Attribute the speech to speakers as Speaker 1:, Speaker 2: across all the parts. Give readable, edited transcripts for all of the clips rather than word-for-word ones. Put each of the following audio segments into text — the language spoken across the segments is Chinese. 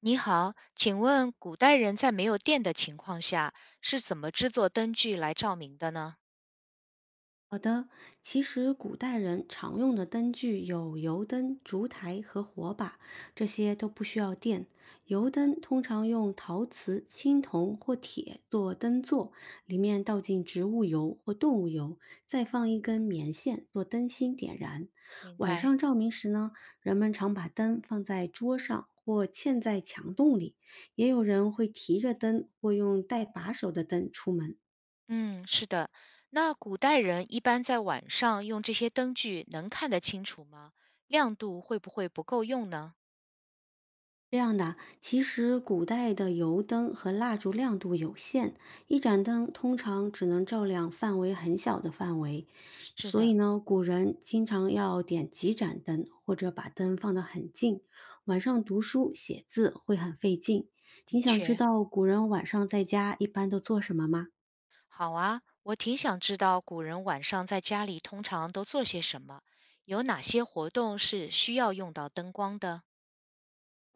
Speaker 1: 你好，请问古代人在没有电的情况下是怎么制作灯具来照明的呢？
Speaker 2: 好的，其实古代人常用的灯具有油灯、烛台和火把，这些都不需要电。
Speaker 1: 好
Speaker 2: 油
Speaker 1: 的，
Speaker 2: 灯通常用陶瓷、青铜或铁做灯座，里面倒进植物油或动物油，再放一根棉线做灯芯点燃。
Speaker 1: 明
Speaker 2: 晚
Speaker 1: 白。
Speaker 2: 上照明时呢，人们常把灯放在桌上或嵌在墙洞里，也有人会提着灯或用带把手的灯出门。
Speaker 1: 嗯，是的。那古代人一般在晚上用这些灯具能看得清楚吗？亮度会不会不够用呢？
Speaker 2: 这样的，其实古代的油灯和蜡烛亮度有限，一盏灯通常只能照亮范围很小的范围，
Speaker 1: 是
Speaker 2: 所以
Speaker 1: 的，
Speaker 2: 呢，古人经常要点几盏灯，或者把灯放得很近。晚上读书写字会很费劲。你
Speaker 1: 的
Speaker 2: 想知
Speaker 1: 确。
Speaker 2: 道古人晚上在家一般都做什么吗？
Speaker 1: 好啊，我挺想知道古人晚上在家里通常都做些什么，有哪些活动是需要用到灯光的？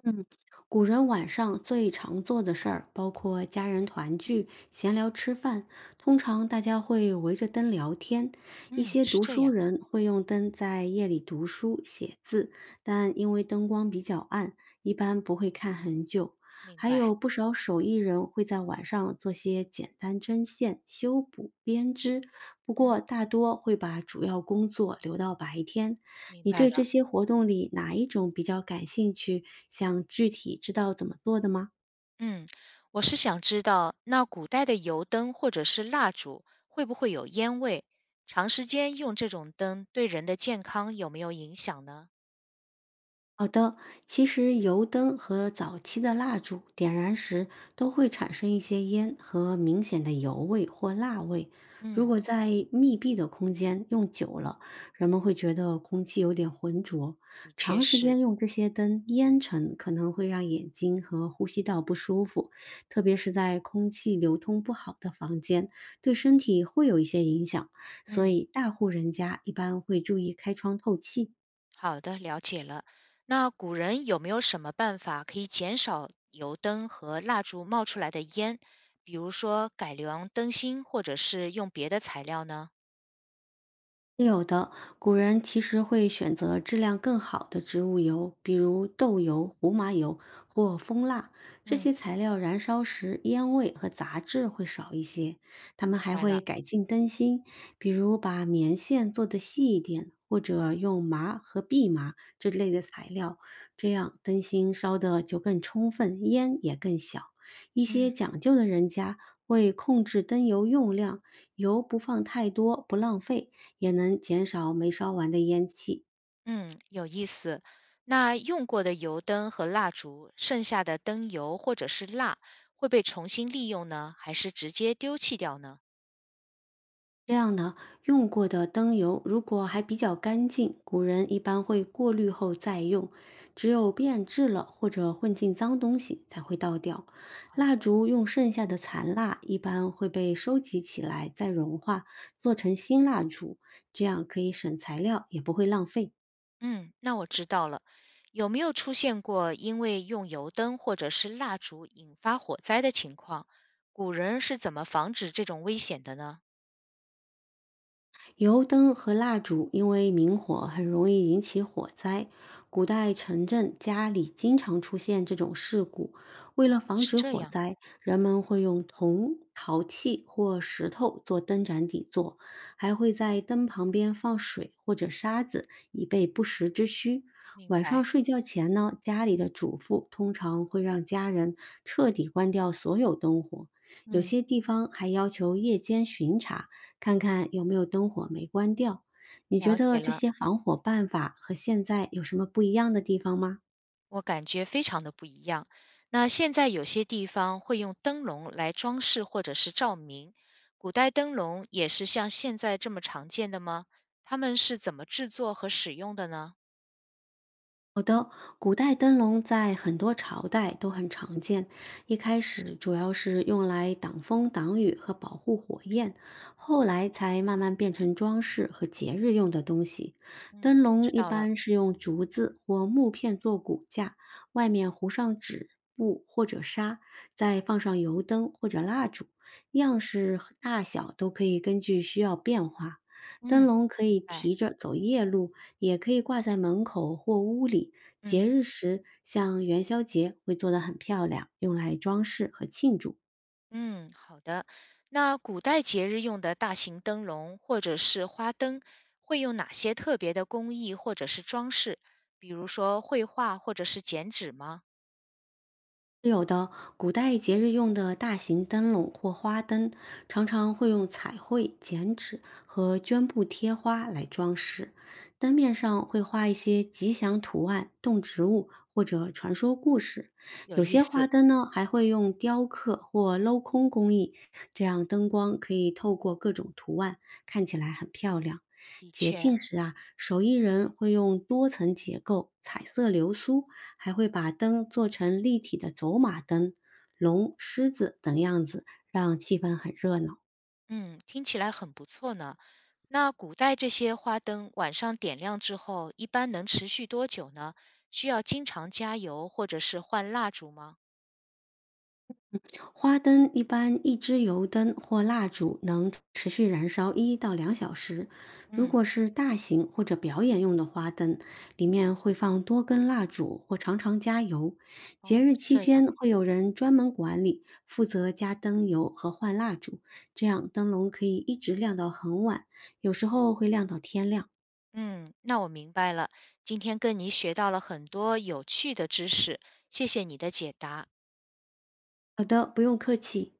Speaker 2: 嗯，古人晚上最常做的事儿包括家人团聚、闲聊吃饭，通常大家会围着灯聊天。一
Speaker 1: 嗯，
Speaker 2: 些
Speaker 1: 是
Speaker 2: 读
Speaker 1: 这
Speaker 2: 书
Speaker 1: 样，
Speaker 2: 人会用灯在夜里读书、写字，但因为灯光比较暗，一般不会看很久。
Speaker 1: 明
Speaker 2: 还
Speaker 1: 白。
Speaker 2: 有不少手艺人会在晚上做些简单针线、修补、编织，不
Speaker 1: 嗯，
Speaker 2: 过大多会把主要工作留到白天。
Speaker 1: 明
Speaker 2: 你
Speaker 1: 白
Speaker 2: 对这
Speaker 1: 了。
Speaker 2: 些活动里哪一种比较感兴趣？想具体知道怎么做的吗？
Speaker 1: 嗯，我是想知道，那古代的油灯或者是蜡烛会不会有烟味？长时间用这种灯对人的健康有没有影响呢？
Speaker 2: 好的，其实油灯和早期的蜡烛点燃时都会产生一些烟和明显的油味或蜡味。如
Speaker 1: 嗯，
Speaker 2: 果在密闭的空间用久了，人们会觉得空气有点浑浊。
Speaker 1: 的确
Speaker 2: 长时
Speaker 1: 是。
Speaker 2: 间用这些灯，烟尘可能会让眼睛和呼吸道不舒服，特别是在空气流通不好的房间，对身体会有一些影响。所
Speaker 1: 嗯，
Speaker 2: 以，大户人家一般会注意开窗透气。
Speaker 1: 好的，了解了。那古人有没有什么办法可以减少油灯和蜡烛冒出来的烟？比如说改良灯芯，或者是用别的材料呢？
Speaker 2: 是有的，古人其实会选择质量更好的植物油，比如豆油、胡麻油或蜂蜡，这
Speaker 1: 嗯，
Speaker 2: 些材料燃烧时烟味和杂质会少一些。他
Speaker 1: 明
Speaker 2: 们还
Speaker 1: 白
Speaker 2: 会
Speaker 1: 了。
Speaker 2: 改进灯芯，比如把棉线做得细一点，或者用麻和蓖麻这类的材料，这样灯芯烧得就更充分，烟也更小。一些
Speaker 1: 嗯。
Speaker 2: 讲究的人家会控制灯油用量，油不放太多，不浪费。也能减少没烧完的烟气。
Speaker 1: 嗯，有意思。那用过的油灯和蜡烛，剩下的灯油或者是蜡，会被重新利用呢，还是直接丢弃掉呢？
Speaker 2: 这样呢，用过的灯油如果还比较干净，古人一般会过滤后再用，只有变质了或者混进脏东西才会倒掉。
Speaker 1: 好
Speaker 2: 蜡
Speaker 1: 的，
Speaker 2: 烛用剩下的残蜡一般会被收集起来再融化，做成新蜡烛，这样可以省材料，也不会浪费。
Speaker 1: 嗯，那我知道了。有没有出现过因为用油灯或者是蜡烛引发火灾的情况？古人是怎么防止这种危险的呢？
Speaker 2: 油灯和蜡烛因为明火很容易引起火灾，古代城镇家里经常出现这种事故。为了防
Speaker 1: 是
Speaker 2: 止
Speaker 1: 这
Speaker 2: 火
Speaker 1: 样，
Speaker 2: 灾，人们会用铜、陶器或石头做灯盏底座，还会在灯旁边放水或者沙子，以备不时之需。
Speaker 1: 明
Speaker 2: 晚上
Speaker 1: 白。
Speaker 2: 睡觉前呢，家里的主妇通常会让家人彻底关掉所有灯火，有
Speaker 1: 嗯，
Speaker 2: 些地方还要求夜间巡查。看看有没有灯火没关掉。你觉
Speaker 1: 了解
Speaker 2: 得这
Speaker 1: 了。
Speaker 2: 些防火办法和现在有什么不一样的地方吗？
Speaker 1: 我感觉非常的不一样。那现在有些地方会用灯笼来装饰或者是照明，古代灯笼也是像现在这么常见的吗？他们是怎么制作和使用的呢？
Speaker 2: 好的，古代灯笼在很多朝代都很常见。一开始主要是用来挡风挡雨和保护火焰，后来才慢慢变成装饰和节日用的东西。灯
Speaker 1: 嗯，
Speaker 2: 笼
Speaker 1: 知
Speaker 2: 一
Speaker 1: 道了。
Speaker 2: 般是用竹子或木片做骨架，外面糊上纸、布或者纱，再放上油灯或者蜡烛，样式和大小都可以根据需要变化。灯
Speaker 1: 嗯，
Speaker 2: 笼可
Speaker 1: 明
Speaker 2: 以
Speaker 1: 白。
Speaker 2: 提着走夜路，也可以挂在门口或屋里。
Speaker 1: 嗯
Speaker 2: 节日时，像元宵节会做得很漂亮，用来装饰和庆祝。
Speaker 1: 嗯，好的。那古代节日用的大型灯笼或者是花灯，会用哪些特别的工艺或者是装饰？比如说绘画或者是剪纸吗？
Speaker 2: 是有的，古代节日用的大型灯笼或花灯，常常会用彩绘、剪纸和绢布贴花来装饰。灯面上会画一些吉祥图案、动植物或者传说故事。
Speaker 1: 有
Speaker 2: 有
Speaker 1: 意
Speaker 2: 些花
Speaker 1: 思，
Speaker 2: 灯呢，还会用雕刻或镂空工艺，这样灯光可以透过各种图案，看起来很漂亮。
Speaker 1: 的
Speaker 2: 节
Speaker 1: 确。
Speaker 2: 庆时啊，手艺人会用多层结构、彩色流苏还会把灯做成立体的走马灯、龙、狮子等样子，让气氛很热闹。
Speaker 1: 嗯，听起来很不错呢。那古代这些花灯晚上点亮之后，一般能持续多久呢？需要经常加油或者是换蜡烛吗？
Speaker 2: 花灯一般一支油灯或蜡烛能持续燃烧1到2小时。如
Speaker 1: 嗯，
Speaker 2: 果是大型或者表演用的花灯，里面会放多根蜡烛或常常加油。节
Speaker 1: 哦，
Speaker 2: 日
Speaker 1: 是
Speaker 2: 期
Speaker 1: 这样。
Speaker 2: 间会有人专门管理，负责加灯油和换蜡烛，这样灯笼可以一直亮到很晚，有时候会亮到天亮。
Speaker 1: 嗯，那我明白了。今天跟你学到了很多有趣的知识，谢谢你的解答。
Speaker 2: 好的，不用客气。